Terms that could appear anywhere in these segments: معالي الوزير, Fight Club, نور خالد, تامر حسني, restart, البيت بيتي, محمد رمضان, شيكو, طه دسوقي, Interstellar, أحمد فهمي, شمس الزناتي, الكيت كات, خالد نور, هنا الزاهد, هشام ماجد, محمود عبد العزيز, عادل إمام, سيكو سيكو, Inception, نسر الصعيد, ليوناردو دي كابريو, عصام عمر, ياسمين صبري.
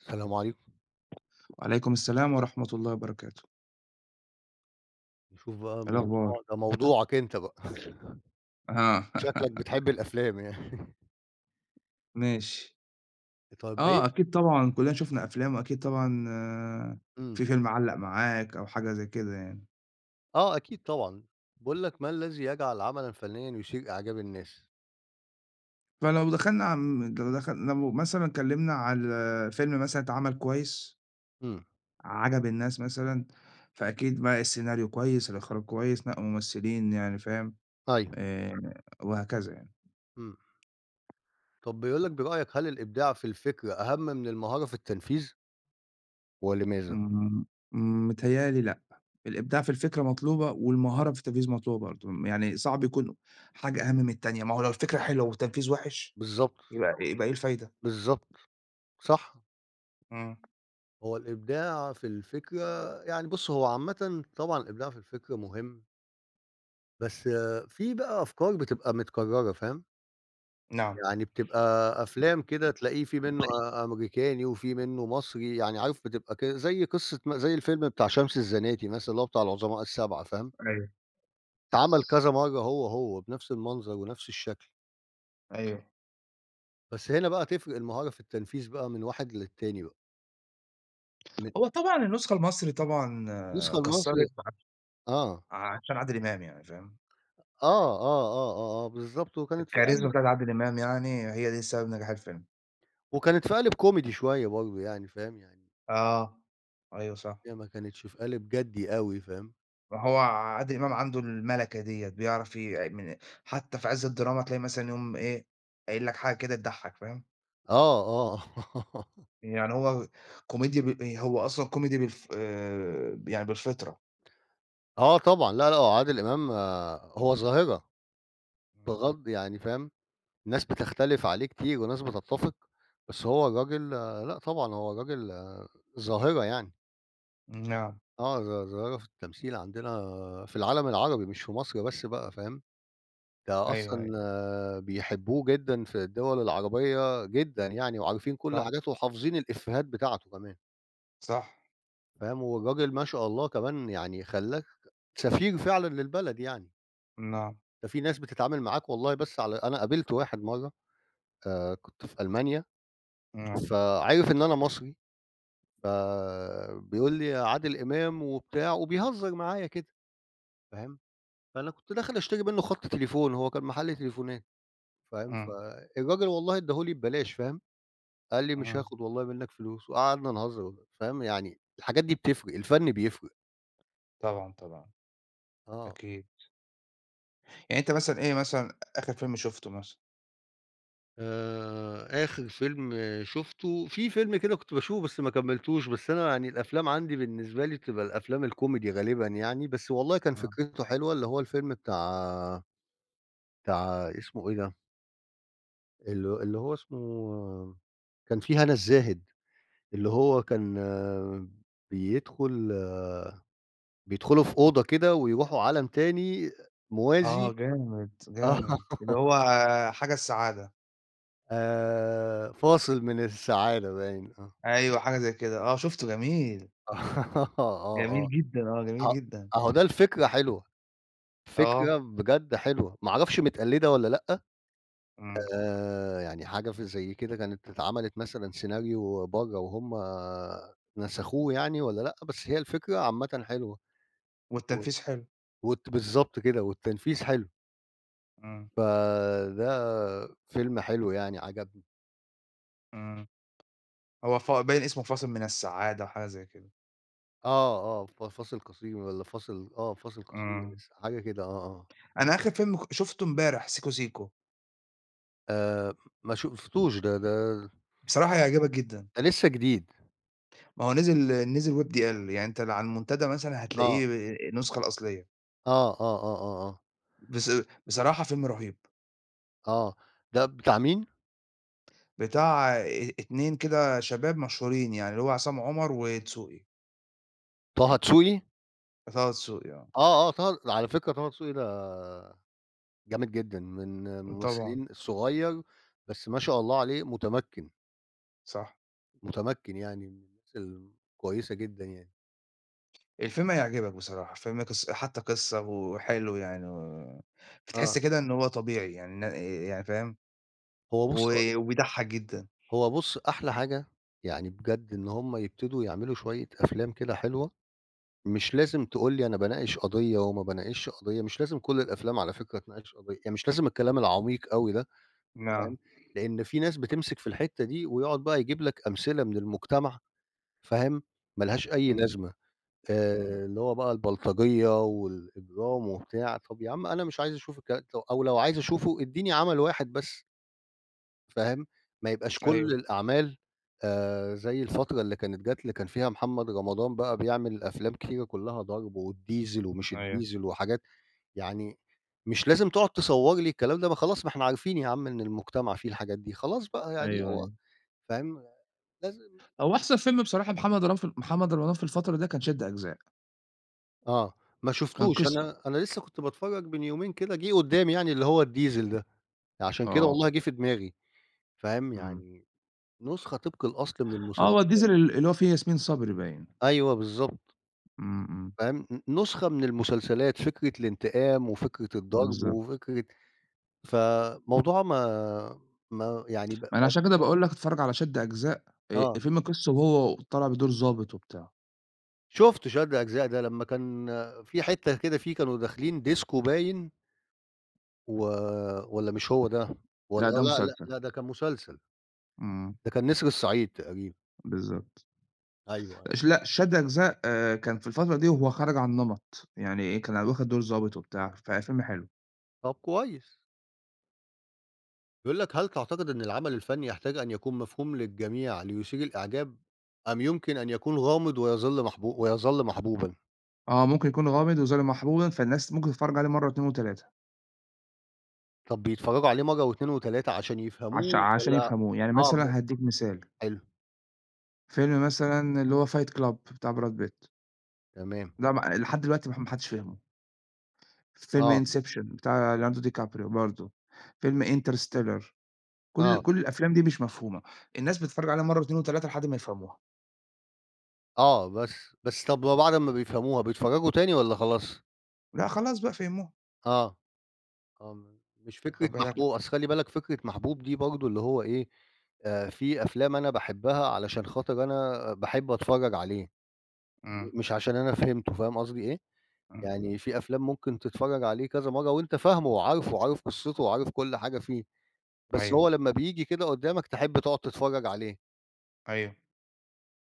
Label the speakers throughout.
Speaker 1: السلام عليكم.
Speaker 2: وعليكم السلام ورحمة الله وبركاته،
Speaker 1: نشوف بقى
Speaker 2: إيه الأخبار؟
Speaker 1: الموضوع ده موضوعك أنت بقى.
Speaker 2: آه.
Speaker 1: شكلك بتحب الأفلام يعني.
Speaker 2: ماشي.
Speaker 1: طب إيه
Speaker 2: آه، أكيد طبعًا كُلّنا شُفنا أفلام وأكيد طبعًا
Speaker 1: إمم.
Speaker 2: في فيلم علّق معاك أو حاجة زي كده يعني.
Speaker 1: آه، أكيد طبعًا. باقول لك: ما الذي يجعل عملًا فنيًا يثير إعجاب الناس؟
Speaker 2: فلو دخلنا عم لو دخل لو مثلًا اتكلّمنا على فيلم مثلًا اتعمل كويس،
Speaker 1: إمم.
Speaker 2: عجب الناس مثلًا، فأكيد بقى السيناريو كويس، الإخراج كويس، نقوا ممثلين يعني فاهم،
Speaker 1: أيوه.
Speaker 2: آآ وهكذا يعني.
Speaker 1: إمم. طب بيقول لك: برأيك هل الإبداع في الفكرة أهم من المهارة في التنفيذ ولماذا؟
Speaker 2: إمم، إمم، متهيأ لي لأ، الإبداع في الفكرة مطلوبة والمهارة في التنفيذ مطلوبة برضه، يعني صعب يكون حاجة أهم من التانية، ما هو لو الفكرة حلوة والتنفيذ وحِش
Speaker 1: بالضبط،
Speaker 2: يبقى إيه الفايدة؟
Speaker 1: بالضبط. صح.
Speaker 2: إمم،
Speaker 1: هو الإبداع في الفكرة يعني بُص هو عامةً طبعًا الإبداع في الفكرة مهم، بس في بقى أفكار بتبقى متكررة فاهم؟
Speaker 2: نعم،
Speaker 1: يعني بتبقى أفلام كده تلاقيه في منّه أمريكاني وفي منّه مصري، يعني عارف بتبقى زي قصة زي الفيلم بتاع شمس الزناتي مثلًا اللي هو بتاع العظماء السبعة فاهم،
Speaker 2: أيوه.
Speaker 1: اتعمل كذا مرّة هو بنفس المنظر ونفس الشكل،
Speaker 2: أيوه،
Speaker 1: بس هنا بقى تفرق المهارة في التنفيذ بقى من واحد للتاني بقى، من
Speaker 2: هو طبعًا النسخة المصري طبعًا
Speaker 1: النسخة
Speaker 2: آه،
Speaker 1: المصري
Speaker 2: كسّرِت عش
Speaker 1: آه، آه،
Speaker 2: عشان عادل إمام يعني فاهم،
Speaker 1: آه، آه، آه، آه، بالضبط،
Speaker 2: الكاريزما بتاعة عادل إمام يعني هي دي سبب نجاح الفيلم.
Speaker 1: وكانت في قالب كوميدي شوية برضه يعني فاهم، يعني
Speaker 2: آه، أيوه صح.
Speaker 1: هي ما كانتش في قالب جدي أوي فاهم،
Speaker 2: هو عادل إمام عنده المَلَكة ديّة، بيعرف ي من حتى في عِز الدراما تلاقي مثلًا يقوم إيه، قايل لك حاجة كده تضحّك فاهم،
Speaker 1: آه، آه.
Speaker 2: يعني هو كوميديا ب إيه، هو أصلًا كوميدي بالف يعني بالفطرة.
Speaker 1: آه طبعًا، لا، لأ، هو عادل إمام آه، هو ظاهرة
Speaker 2: إمم.
Speaker 1: بغض يعني فاهم، ناس بتختلف عليه كتير وناس بتتّفق، بس هو راجل آه، لأ طبعًا، هو راجل آه، ظاهرة يعني،
Speaker 2: نعم،
Speaker 1: آه، ظاهرة في التمثيل عندنا في العالم العربي مش في مصر بس بقى فاهم، ده
Speaker 2: أيوه،
Speaker 1: أصلًا
Speaker 2: أيوه،
Speaker 1: آه، بيحبوه جدًا في الدول العربية جدًا يعني وعارفين كل
Speaker 2: صح،
Speaker 1: حاجاته وحافظين الإفيهات بتاعته كمان،
Speaker 2: صح،
Speaker 1: فاهم، والراجل ما شاء الله كمان يعني خلّاك سفير فعلًا للبلد يعني.
Speaker 2: نعم،
Speaker 1: ده في ناس بتتعامل معاك والله بس على أنا قابلت واحد مرّة كنت في ألمانيا،
Speaker 2: نعم،
Speaker 1: فعِرف إن أنا مصري، فبيقول لي: "يا عادل إمام" وبتاع وبيهزر معايا كده فاهم، فأنا كنت داخل أشتري منّه خَط تليفون، هو كان محل تليفونات فاهم،
Speaker 2: إمم،
Speaker 1: فالراجل والله ادّاه لي ببلاش فاهم، قال لي: "مش
Speaker 2: إمم،
Speaker 1: هاخد والله منّك فلوس" وقعدنا نهزر فاهم، يعني الحاجات دي بتفرق، الفَن بيفرق.
Speaker 2: طبعًا، طبعًا،
Speaker 1: آه.
Speaker 2: أكيد. يعني أنت مثلًا إيه مثلًا آخر فيلم شُفته مثلًا؟
Speaker 1: آخر فيلم شُفته في فيلم كده كنت باشوفه بس ما كمّلتوش، بس أنا يعني الأفلام عندي بالنسبة لي بتبقى الأفلام الكوميدي غالبًا يعني، بس والله كان
Speaker 2: آه،
Speaker 1: فكرته حلوة، اللي هو الفيلم بتاع اسمه إيه ده، اللي هو اسمه كان فيه هنا الزاهد، اللي هو كان آه، بيدخل آه، بيدخلوا في أوضة كده ويروحوا عالم تاني موازي
Speaker 2: آه جامد،
Speaker 1: آه،
Speaker 2: جامد، اللي هو حاجة السعادة،
Speaker 1: فاصل من السعادة باين آه،
Speaker 2: أيوه حاجة زي كده، آه شُفته جميل.
Speaker 1: آه، آه، آه.
Speaker 2: جميل جدًا، آه، جميل
Speaker 1: أه
Speaker 2: جدًا.
Speaker 1: أهو ده الفكرة حلوة، فكرة
Speaker 2: آه،
Speaker 1: بجد حلوة، ما أعرفش متقلدة والّا لأ،
Speaker 2: إمم،
Speaker 1: يعني حاجة زي كده كانت اتعملت مثلًا سيناريو برّه وهُم نسخوه يعني والّا لأ، بس هي الفكرة عامةً حلوة، و
Speaker 2: والتنفيذ حلو،
Speaker 1: والت بالضبط كده، والتنفيذ حلو،
Speaker 2: إمم،
Speaker 1: فده فيلم حلو يعني عجبني.
Speaker 2: إمم، هو ف باين اسمه فاصل من السعادة أو حاجة زي كده،
Speaker 1: آه، آه، فاصل قصير والّا فاصل آه، فاصل قصير
Speaker 2: إمم،
Speaker 1: لسه، حاجة كده آه، آه،
Speaker 2: أنا آخر فيلم شُفته امبارح سيكو سيكو،
Speaker 1: آآ ما شُفتوش
Speaker 2: بصراحة هيعجبك جدًا،
Speaker 1: ده لسه جديد،
Speaker 2: ما هو نزل WebDL يعني أنت على المنتدى مثلًا
Speaker 1: آه،
Speaker 2: هتلاقيه النسخة الأصلية،
Speaker 1: آه، آه، آه، آه، آه.
Speaker 2: بص بصراحة فيلم رهيب،
Speaker 1: آه، ده بتاع مين؟
Speaker 2: بتاع 2 كده شباب مشهورين يعني اللي هو عصام عمر ودسوقي،
Speaker 1: طه دسوقي؟
Speaker 2: طه دسوقي آه،
Speaker 1: آه، آه، طه على فكرة طه دسوقي ده جامد جدًا، من
Speaker 2: طبعًا،
Speaker 1: الممثلين الصغير بس ما شاء الله عليه متمكن،
Speaker 2: صح.
Speaker 1: متمكن يعني من الناس الكويسة جدًا يعني،
Speaker 2: الفيلم هيعجبك بصراحة، الفيلم قص حتى قصة وحلو يعني و
Speaker 1: آه،
Speaker 2: بتحس كده إن هو طبيعي يعني إن يعني فاهم،
Speaker 1: هو بُص
Speaker 2: و وبيضحّك جدًا.
Speaker 1: هو بُص أحلى حاجة يعني بجد إن هم يبتدوا يعملوا شوية أفلام كده حلوة، مش لازم تقول لي أنا باناقش قضية وما باناقشش قضية، مش لازم كل الأفلام على فكرة تناقش قضية، يعني مش لازم الكلام العميق أوي ده.
Speaker 2: آه،
Speaker 1: فاهم، لإن في ناس بتمسك في الحتّة دي ويقعد بقى يجيب لك أمثلة من المجتمع فاهم، ما لهاش أي
Speaker 2: إمم،
Speaker 1: لازمة،
Speaker 2: إمم،
Speaker 1: اللي هو بقى البلطجية والإجرام وبتاع، طَب يا عم أنا مش عايز أشوف الكلام ده أو لو عايز أشوفه ادّيني عمل واحد بس فاهم، ما يبقاش كل
Speaker 2: أيوه،
Speaker 1: الأعمال زي الفترة اللي كانت جات اللي كان فيها محمد رمضان بقى بيعمل أفلام كتيرة كلّها ضرب والديزل ومش
Speaker 2: أيوه،
Speaker 1: الديزل وحاجات يعني مش لازم تقعد تصور لي الكلام ده، ما خلاص ما إحنا عارفين يا عم إن المجتمع فيه الحاجات دي، خلاص بقى يعني
Speaker 2: أيوه،
Speaker 1: هو
Speaker 2: أيوه.
Speaker 1: فاهم، لازم
Speaker 2: هو أحسن فيلم بصراحة محمد رمضان في الفترة ده كان شد أجزاء،
Speaker 1: آه، ما
Speaker 2: كان
Speaker 1: شُفتوش
Speaker 2: قصة،
Speaker 1: أنا لسه كنت باتفرج من يومين كده جِه قدّامي يعني اللي هو الديزل ده، عشان كده
Speaker 2: آه،
Speaker 1: والله جِه في دماغي، فاهم،
Speaker 2: إمم.
Speaker 1: يعني نسخة طبق الأصل من
Speaker 2: آه،
Speaker 1: المسلسل
Speaker 2: هو الديزل اللي هو فيه ياسمين صبري باين،
Speaker 1: أيوه بالضبط،
Speaker 2: إمم، إمم،
Speaker 1: فاهم، نسخة من المسلسلات، فكرة الانتقام وفكرة الضرب
Speaker 2: بالضبط.
Speaker 1: وفكرة فموضوع ما ما يعني ب
Speaker 2: ما أنا عشان كده باقول لك اتفرّج على شد أجزاء،
Speaker 1: آه.
Speaker 2: فيلم قصة وهو طالع بدور ضابط وبتاع،
Speaker 1: شُفت شد أجزاء ده لمّا كان في حتّة كده فيه كانوا داخلين ديسكو باين و والّا مش هو ده؟
Speaker 2: لأ
Speaker 1: والّا
Speaker 2: ده
Speaker 1: لأ، لأ،
Speaker 2: مسلسل،
Speaker 1: لأ ده كان مسلسل،
Speaker 2: إمم،
Speaker 1: ده كان نسر الصعيد تقريبًا.
Speaker 2: بالضبط.
Speaker 1: أيوه، أيوه.
Speaker 2: ش لأ، شد أجزاء كان في الفترة دي وهو خارج عن نمط، يعني إيه، كان واخد دور ضابط وبتاع، ففيلم حلو.
Speaker 1: طب كويس. بيقول لك: "هل تعتقد أن العمل الفني يحتاج أن يكون مفهوم للجميع ليثير الإعجاب أم يمكن أن يكون غامض ويظل ويظل محبوبًا؟"
Speaker 2: آه، ممكن يكون غامض وظالم محبوبًا، فالناس ممكن تتفرج عليه مرة و2 و3
Speaker 1: طب بيتفرّجوا عليه مرّة و2 و3 عشان يفهموه
Speaker 2: عشان
Speaker 1: والّا
Speaker 2: يفهموه. يعني
Speaker 1: آه ب
Speaker 2: مثلًا هادّيك مثال،
Speaker 1: حلو،
Speaker 2: فيلم مثلًا اللي هو Fight Club بتاع براد بيت،
Speaker 1: تمام.
Speaker 2: ده ما لحد دلوقتي ما حدش فهمه.
Speaker 1: آه،
Speaker 2: فيلم Inception بتاع ليوناردو دي كابريو برضه، فيلم Interstellar كل
Speaker 1: آه.
Speaker 2: كل الأفلام دي مش مفهومة، الناس بتتفرج عليها مرة و2 و3 لحد ما يفهموها.
Speaker 1: آه، بس طَب وبعد أمّا بيفهموها بيتفرّجوا تاني والّا خلاص؟
Speaker 2: لأ، خلاص بقى فهموها،
Speaker 1: آه، آه، مش فكرة
Speaker 2: واخد بالك؟
Speaker 1: محبوب أصل خلّي بالك فكرة محبوب دي برضه اللي هو إيه، في أفلام أنا باحبها علشان خاطر أنا باحب أتفرّج عليه،
Speaker 2: إمم،
Speaker 1: مش عشان أنا فهمته فاهم قصدي إيه؟
Speaker 2: إمم، إمم،
Speaker 1: يعني في أفلام ممكن تتفرّج عليه كذا مرّة وأنت فاهمه وعارفه وعارف قصّته وعارف كل حاجة فيه، بس
Speaker 2: أيوه.
Speaker 1: هو لمّا بييجي كده قدّامك تحب تقعد تتفرّج عليه،
Speaker 2: أيوه.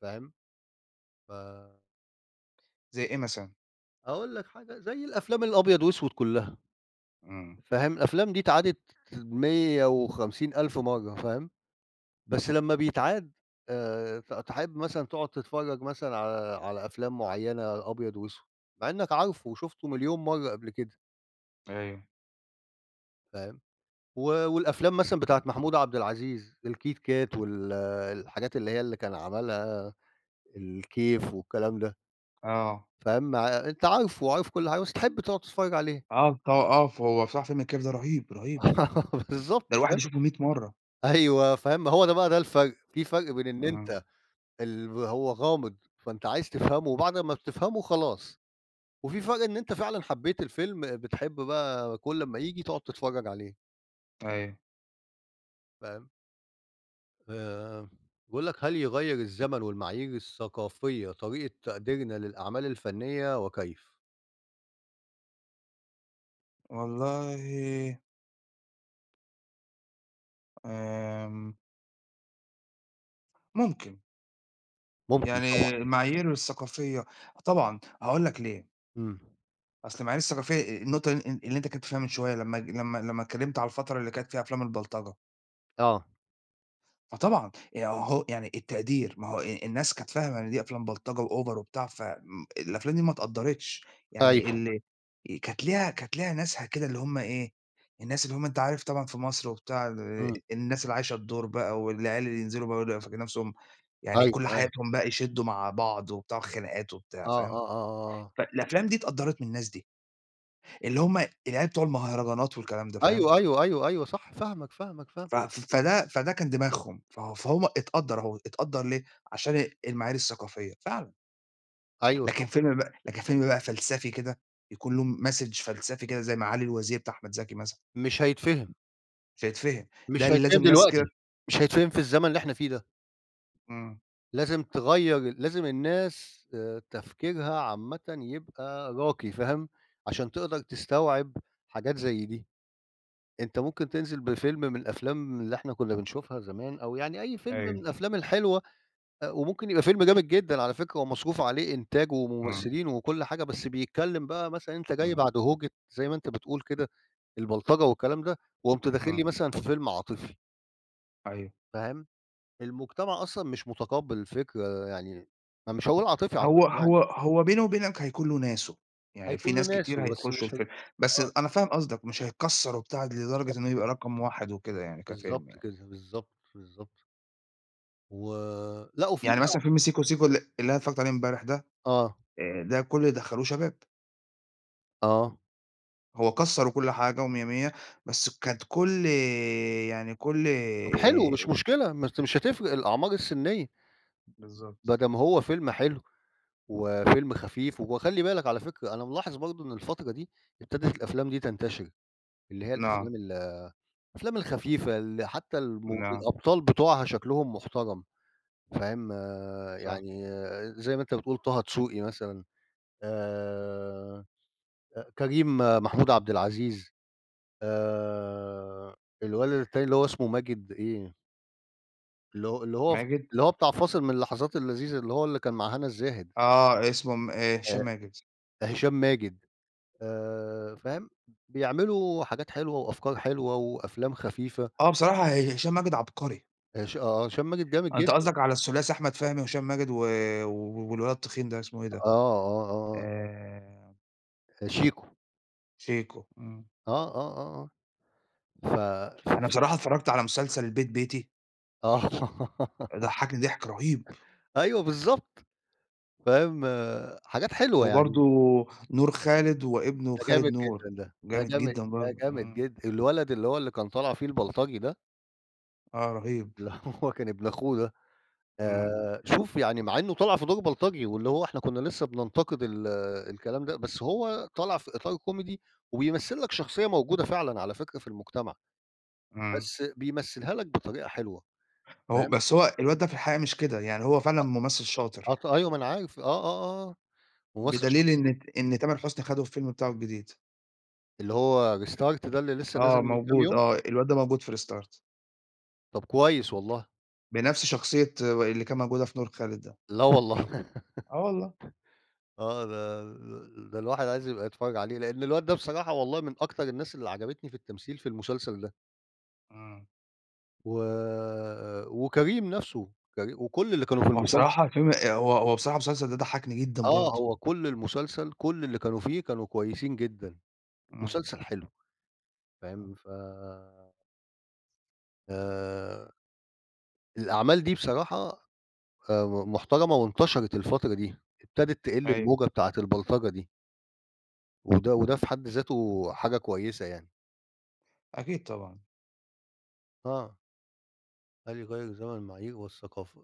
Speaker 1: فاهم؟ ف
Speaker 2: زي إيه مثلًا؟
Speaker 1: هاقول لك حاجة، زي الأفلام الأبيض وأسود كلّها.
Speaker 2: إمم.
Speaker 1: فاهم، الأفلام دي اتعادت 150.000 مرّة فاهم، بس لمّا بيتعاد ت تحب مثلًا تقعد تتفرّج مثلًا على أفلام معيّنة أبيض وأسود، مع إنّك عارفه وشُفته مليون مرّة قبل كده
Speaker 2: أيوه.
Speaker 1: فاهم، والأفلام مثلًا بتاعة محمود عبد العزيز، الكيت كات الحاجات اللي هي اللي كان عملها الكيف والكلام ده
Speaker 2: آه.
Speaker 1: فاهم، مع أنت عارفه وعارف كل حاجة بس تحب تقعد تتفرّج عليه
Speaker 2: آه ط آه، فهو بصراحة فيلم الكيف ده رهيب، رهيب.
Speaker 1: بالضبط
Speaker 2: ده الواحد
Speaker 1: فاهم،
Speaker 2: يشوفه 100 مرّة.
Speaker 1: أيوه فاهم، ما هو ده بقى ده الفرْق، في فرْق بين إن
Speaker 2: إمم.
Speaker 1: أنت هو غامض، فأنت عايز تفهمه، وبعد ما بتفهمه خلاص، وفي فرق إن أنت فعلًا حبيت الفيلم، بتحب بقى كل أمّا ييجي تقعد تتفرج عليه،
Speaker 2: أيوه.
Speaker 1: فاهم؟ آآ، بيقول لك: "هل يغيّر الزمن والمعايير الثقافية طريقة تقديرنا للأعمال الفنية وكيف؟"
Speaker 2: والله آمم ممكن.
Speaker 1: ممكن
Speaker 2: يعني
Speaker 1: طبعًا،
Speaker 2: المعايير الثقافية طبعًا، هاقول لك ليه.
Speaker 1: إمم،
Speaker 2: أصل المعايير الثقافية النقطة اللي أنت اتكلمت فيها من شوية لمّا ج لمّا لمّا اتكلمت على الفترة اللي كانت فيها أفلام البلطجة.
Speaker 1: آه،
Speaker 2: آه طبعًا، يعني أهو يعني التقدير، ما هو الناس كانت فاهمة إن دي أفلام بلطجة وأوفر وبتاع، ف الأفلام دي ما اتقدّرتش، يعني
Speaker 1: أيوه،
Speaker 2: اللي كانت ليها ناسها كده اللي هم إيه، الناس اللي هم أنت عارف طبعًا في مصر وبتاع
Speaker 1: إمم،
Speaker 2: الناس اللي عايشة الدور بقى والعيال اللي ينزلوا بقى ويبقوا فاكرين نَفْسهم يعني
Speaker 1: أيوه،
Speaker 2: كل
Speaker 1: أيوه،
Speaker 2: حياتهم بقى يشدّوا مع بعض وبتاع وخناقات وبتاع،
Speaker 1: آه،
Speaker 2: فاهم؟
Speaker 1: آه، آه، آه، آه،
Speaker 2: فالأفلام دي اتقدّرت من الناس دي، اللي هم العيال بتوع المهرجانات والكلام ده، فاهم؟
Speaker 1: أيوه، أيوه، أيوه، أيوه، صح، فاهمك، فاهمك، فاهمك،
Speaker 2: ف ف فده فده كان دماغهم، فهو اتقدّر أهو، اتقدّر ليه؟ عشان المعايير الثقافية فعلًا،
Speaker 1: أيوه صح،
Speaker 2: لكن فيلم بقى فلسفي كده يكون له message فلسفي كده زي معالي الوزير بتاع أحمد زكي مثلًا،
Speaker 1: مش هيتفهم،
Speaker 2: مش هيتفهم، ده
Speaker 1: مش
Speaker 2: اللي
Speaker 1: هيتفهم
Speaker 2: لازم ناس كده
Speaker 1: دلوقتي، مش هيتفهم في الزمن اللي إحنا فيه ده.
Speaker 2: إمم،
Speaker 1: لازم تغيّر لازم الناس تفكيرها عامةً يبقى راقي فاهم، عشان تقدر تستوعب حاجات زي دي. أنت ممكن تنزل بفيلم من الأفلام اللي إحنا كنا بنشوفها زمان أو يعني أي فيلم من
Speaker 2: أيوه،
Speaker 1: الأفلام الحلوة وممكن يبقى فيلم جامد جدًا على فكرة ومصروف عليه إنتاج
Speaker 2: إمم،
Speaker 1: وممثلين وكل حاجة، بس بيتكلّم بقى مثلًا أنت جاي
Speaker 2: إمم،
Speaker 1: بعد هوجة زي ما أنت بتقول كده البلطجة والكلام ده، وقُمت داخل
Speaker 2: إمم،
Speaker 1: لي مثلًا في فيلم عاطفي،
Speaker 2: أيوه،
Speaker 1: فاهم؟ المجتمع أصلًا مش متقبّل الفكرة، يعني أنا مش هاقول عاطفي،
Speaker 2: هو
Speaker 1: عاطفي يعني،
Speaker 2: هو هو بينه وبينك هيكون له ناسه، يعني
Speaker 1: هيكون
Speaker 2: في
Speaker 1: له
Speaker 2: ناس
Speaker 1: ناسه
Speaker 2: كتير
Speaker 1: بس
Speaker 2: هيخشوا
Speaker 1: مش هي
Speaker 2: الفيلم،
Speaker 1: آه،
Speaker 2: بس أنا فاهم قصدك مش هيكسّر وبتاع لدرجة
Speaker 1: بالضبط
Speaker 2: إنه
Speaker 1: كده،
Speaker 2: يبقى رقم 1 وكده يعني كفيلم
Speaker 1: بالضبط
Speaker 2: يعني،
Speaker 1: كده، بالضبط، بالضبط. و لأ وفي
Speaker 2: يعني
Speaker 1: بقى
Speaker 2: مثلًا فيلم سيكو سيكو اللي أنا اتفرّجت عليه امبارح ده
Speaker 1: آه،
Speaker 2: ده كل اللي دخّلوه شباب،
Speaker 1: آه.
Speaker 2: هو كسّر وكل حاجة ومِيَّة، مِيَّة، بس كانت كل يعني كل
Speaker 1: طب حلو مش مشكلة، ما أنت مش هتفرق الأعمار السنية، ما
Speaker 2: بالضبط.
Speaker 1: دام هو فيلم حلو وفيلم خفيف وخلّي بالك على فكرة أنا ملاحظ برضه إن الفترة دي ابتدت الأفلام دي تنتشر، اللي هي
Speaker 2: نعم،
Speaker 1: الأفلام الخفيفة اللي حتى
Speaker 2: نعم،
Speaker 1: الأبطال بتوعها شكلهم محترم. فاهم، آه،
Speaker 2: صح.
Speaker 1: يعني آه، زي ما أنت بتقول طه دسوقي مثلًا، آآ، كريم آه، محمود عبد العزيز، آآ، الولد التاني اللي هو اسمه ماجد إيه، اللي هو اللي هو ف
Speaker 2: ماجد؟
Speaker 1: اللي هو بتاع فاصل من اللحظات اللذيذة، اللي هو اللي كان مع هنا الزاهد،
Speaker 2: آه، اسمه م هشام
Speaker 1: آآ،
Speaker 2: ماجد.
Speaker 1: هشام ماجد، فاهم، بيعملوا حاجات حلوة وأفكار حلوة وأفلام خفيفة،
Speaker 2: آه، بصراحة هشام ماجد عبقري.
Speaker 1: هش آه، هشام ماجد جامد
Speaker 2: أنت
Speaker 1: جدًا،
Speaker 2: قصدك على الثلاثي أحمد فهمي وهشام ماجد و والولد التخين ده اسمه إيه ده؟
Speaker 1: آه، آه، آه،
Speaker 2: آآ
Speaker 1: آه، شيكو،
Speaker 2: شيكو، إمم.
Speaker 1: آه، آه، آه، آه، ف
Speaker 2: أنا
Speaker 1: ف-
Speaker 2: بصراحة اتفرّجت على مسلسل البيت بيتي،
Speaker 1: آه.
Speaker 2: ضحّكني ضحك رهيب.
Speaker 1: أيوه بالضبط، فاهم، حاجات حلوة يعني،
Speaker 2: وبرضه نور خالد وابنه
Speaker 1: ده
Speaker 2: خالد
Speaker 1: جامد
Speaker 2: نور،
Speaker 1: جدًا
Speaker 2: جامد جدًا
Speaker 1: ده
Speaker 2: برضه.
Speaker 1: جامد
Speaker 2: إمم.
Speaker 1: جدًا، الولد اللي هو اللي كان طالع فيه البلطجي ده،
Speaker 2: آه، رهيب.
Speaker 1: اللي هو كان ابن أخوه ده،
Speaker 2: إمم،
Speaker 1: شوف يعني مع إنه طالع في دور بلطجي، واللي هو إحنا كنا لسه بننتقد الكلام ده، بس هو طالع في إطار كوميدي، وبيمثّل لك شخصية موجودة فعلًا على فكرة في المجتمع،
Speaker 2: إمم.
Speaker 1: بس بيمثّلها لك بطريقة حلوة،
Speaker 2: هو
Speaker 1: فاهم،
Speaker 2: بس هو الواد ده في الحقيقة مش كده، يعني هو فعلًا
Speaker 1: أ
Speaker 2: ممثل شاطر،
Speaker 1: أط أيوه ما أنا عارف، آه، آه، آه، ممثّل
Speaker 2: بدليل
Speaker 1: شاطر،
Speaker 2: إن تامر حسني خده في الفيلم بتاعه الجديد.
Speaker 1: اللي هو restart ده اللي لسه نازل
Speaker 2: آه،
Speaker 1: من كام
Speaker 2: موجود
Speaker 1: يوم؟
Speaker 2: آه، الواد ده موجود في restart
Speaker 1: طب كويس والله.
Speaker 2: بنفس شخصية اللي كان موجودة في نور خالد ده.
Speaker 1: لا والله
Speaker 2: آه والله.
Speaker 1: آه، ده الواحد عايز يبقى يتفرّج عليه، لإن الواد ده بصراحة والله من أكتر الناس اللي عجبتني في التمثيل في المسلسل ده،
Speaker 2: إمم.
Speaker 1: و وكريم نَفْسه، كري وكل اللي كانوا في آه.
Speaker 2: هو
Speaker 1: المسلسل
Speaker 2: بصراحة الفيلم هو هو بصراحة المسلسل ده ضحّكني جدًا
Speaker 1: آه،
Speaker 2: برضه.
Speaker 1: هو كل المسلسل كل اللي كانوا فيه كانوا كويسين جدًا،
Speaker 2: إمم،
Speaker 1: مسلسل حلو
Speaker 2: إمم.
Speaker 1: فاهم، ف آآ، الأعمال دي بصراحة محترمة وانتشرت الفترة دي، ابتدت تقِل
Speaker 2: أيوه،
Speaker 1: الموجة بتاعة البلطجة دي، وده في حد ذاته حاجة كويسة يعني،
Speaker 2: أكيد طبعًا.
Speaker 1: آه. هل يغيّر الزمن المعايير والثقافة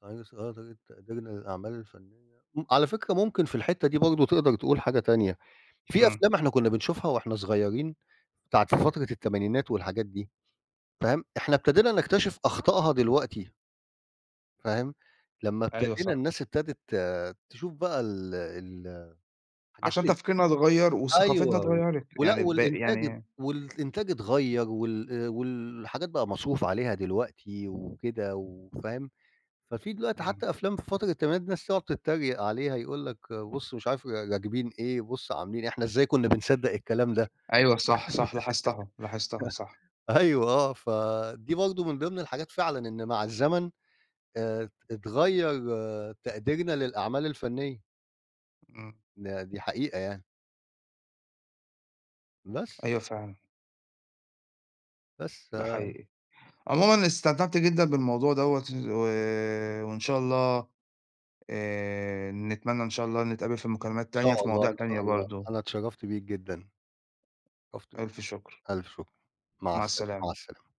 Speaker 1: طريقة تقديرنا للأعمال الفنية على فكرة ممكن في الحتّة دي برضه تقدر تقول حاجة تانية، في
Speaker 2: إمم.
Speaker 1: أفلام إحنا كنا بنشوفها وإحنا صغيّرين بتاعة فترة التمانينات والحاجات دي فاهم، إحنا ابتدينا نكتشف أخطائها دلوقتي فاهم، لمّا
Speaker 2: أيوه
Speaker 1: ابتدينا
Speaker 2: صح.
Speaker 1: الناس ابتدت آه، تشوف بقى ال ال الحاجات
Speaker 2: عشان
Speaker 1: دي
Speaker 2: تفكيرنا اتغيّر وثقافتنا
Speaker 1: أيوه و
Speaker 2: اتغيّرت،
Speaker 1: ولأ
Speaker 2: يعني ب
Speaker 1: والإنتاج ات
Speaker 2: يعني
Speaker 1: والإنتاج اتغيّر والحاجات بقى مصروف عليها دلوقتي وكده وفاهم؟ ففي دلوقتي
Speaker 2: إمم.
Speaker 1: حتى أفلام في فترة التمانينات الناس تقعد تتريق عليها، يقول لك بُص مش عارف راكبين إيه، بُص عاملين إيه، إحنا إزاي كنا بنصدّق الكلام ده؟
Speaker 2: أيوه صح، صح لاحظتها، لاحظتها صح،
Speaker 1: أيوه آه، فدي برضه من ضمن الحاجات فعلًا إن مع الزمن اتغيّر آه، تقديرنا للأعمال الفنية،
Speaker 2: إمم.
Speaker 1: ده دي حقيقة يعني، بس،
Speaker 2: أيوه فعلًا،
Speaker 1: بس
Speaker 2: ده
Speaker 1: آه، إن
Speaker 2: حقيقي. عمومًا استمتعت جدًا بالموضوع دوّة و وإن شاء الله نتمنى إن شاء الله نتقابل في مكالمات تانية
Speaker 1: شاء
Speaker 2: في مواضيع
Speaker 1: الله، إن
Speaker 2: تانية
Speaker 1: شاء الله،
Speaker 2: برضه.
Speaker 1: أنا اتشرّفت بيك جدًا، اتشرّفت بيك،
Speaker 2: ألف شكر،
Speaker 1: ألف شكر،
Speaker 2: مع
Speaker 1: مع
Speaker 2: السلامة.
Speaker 1: السلا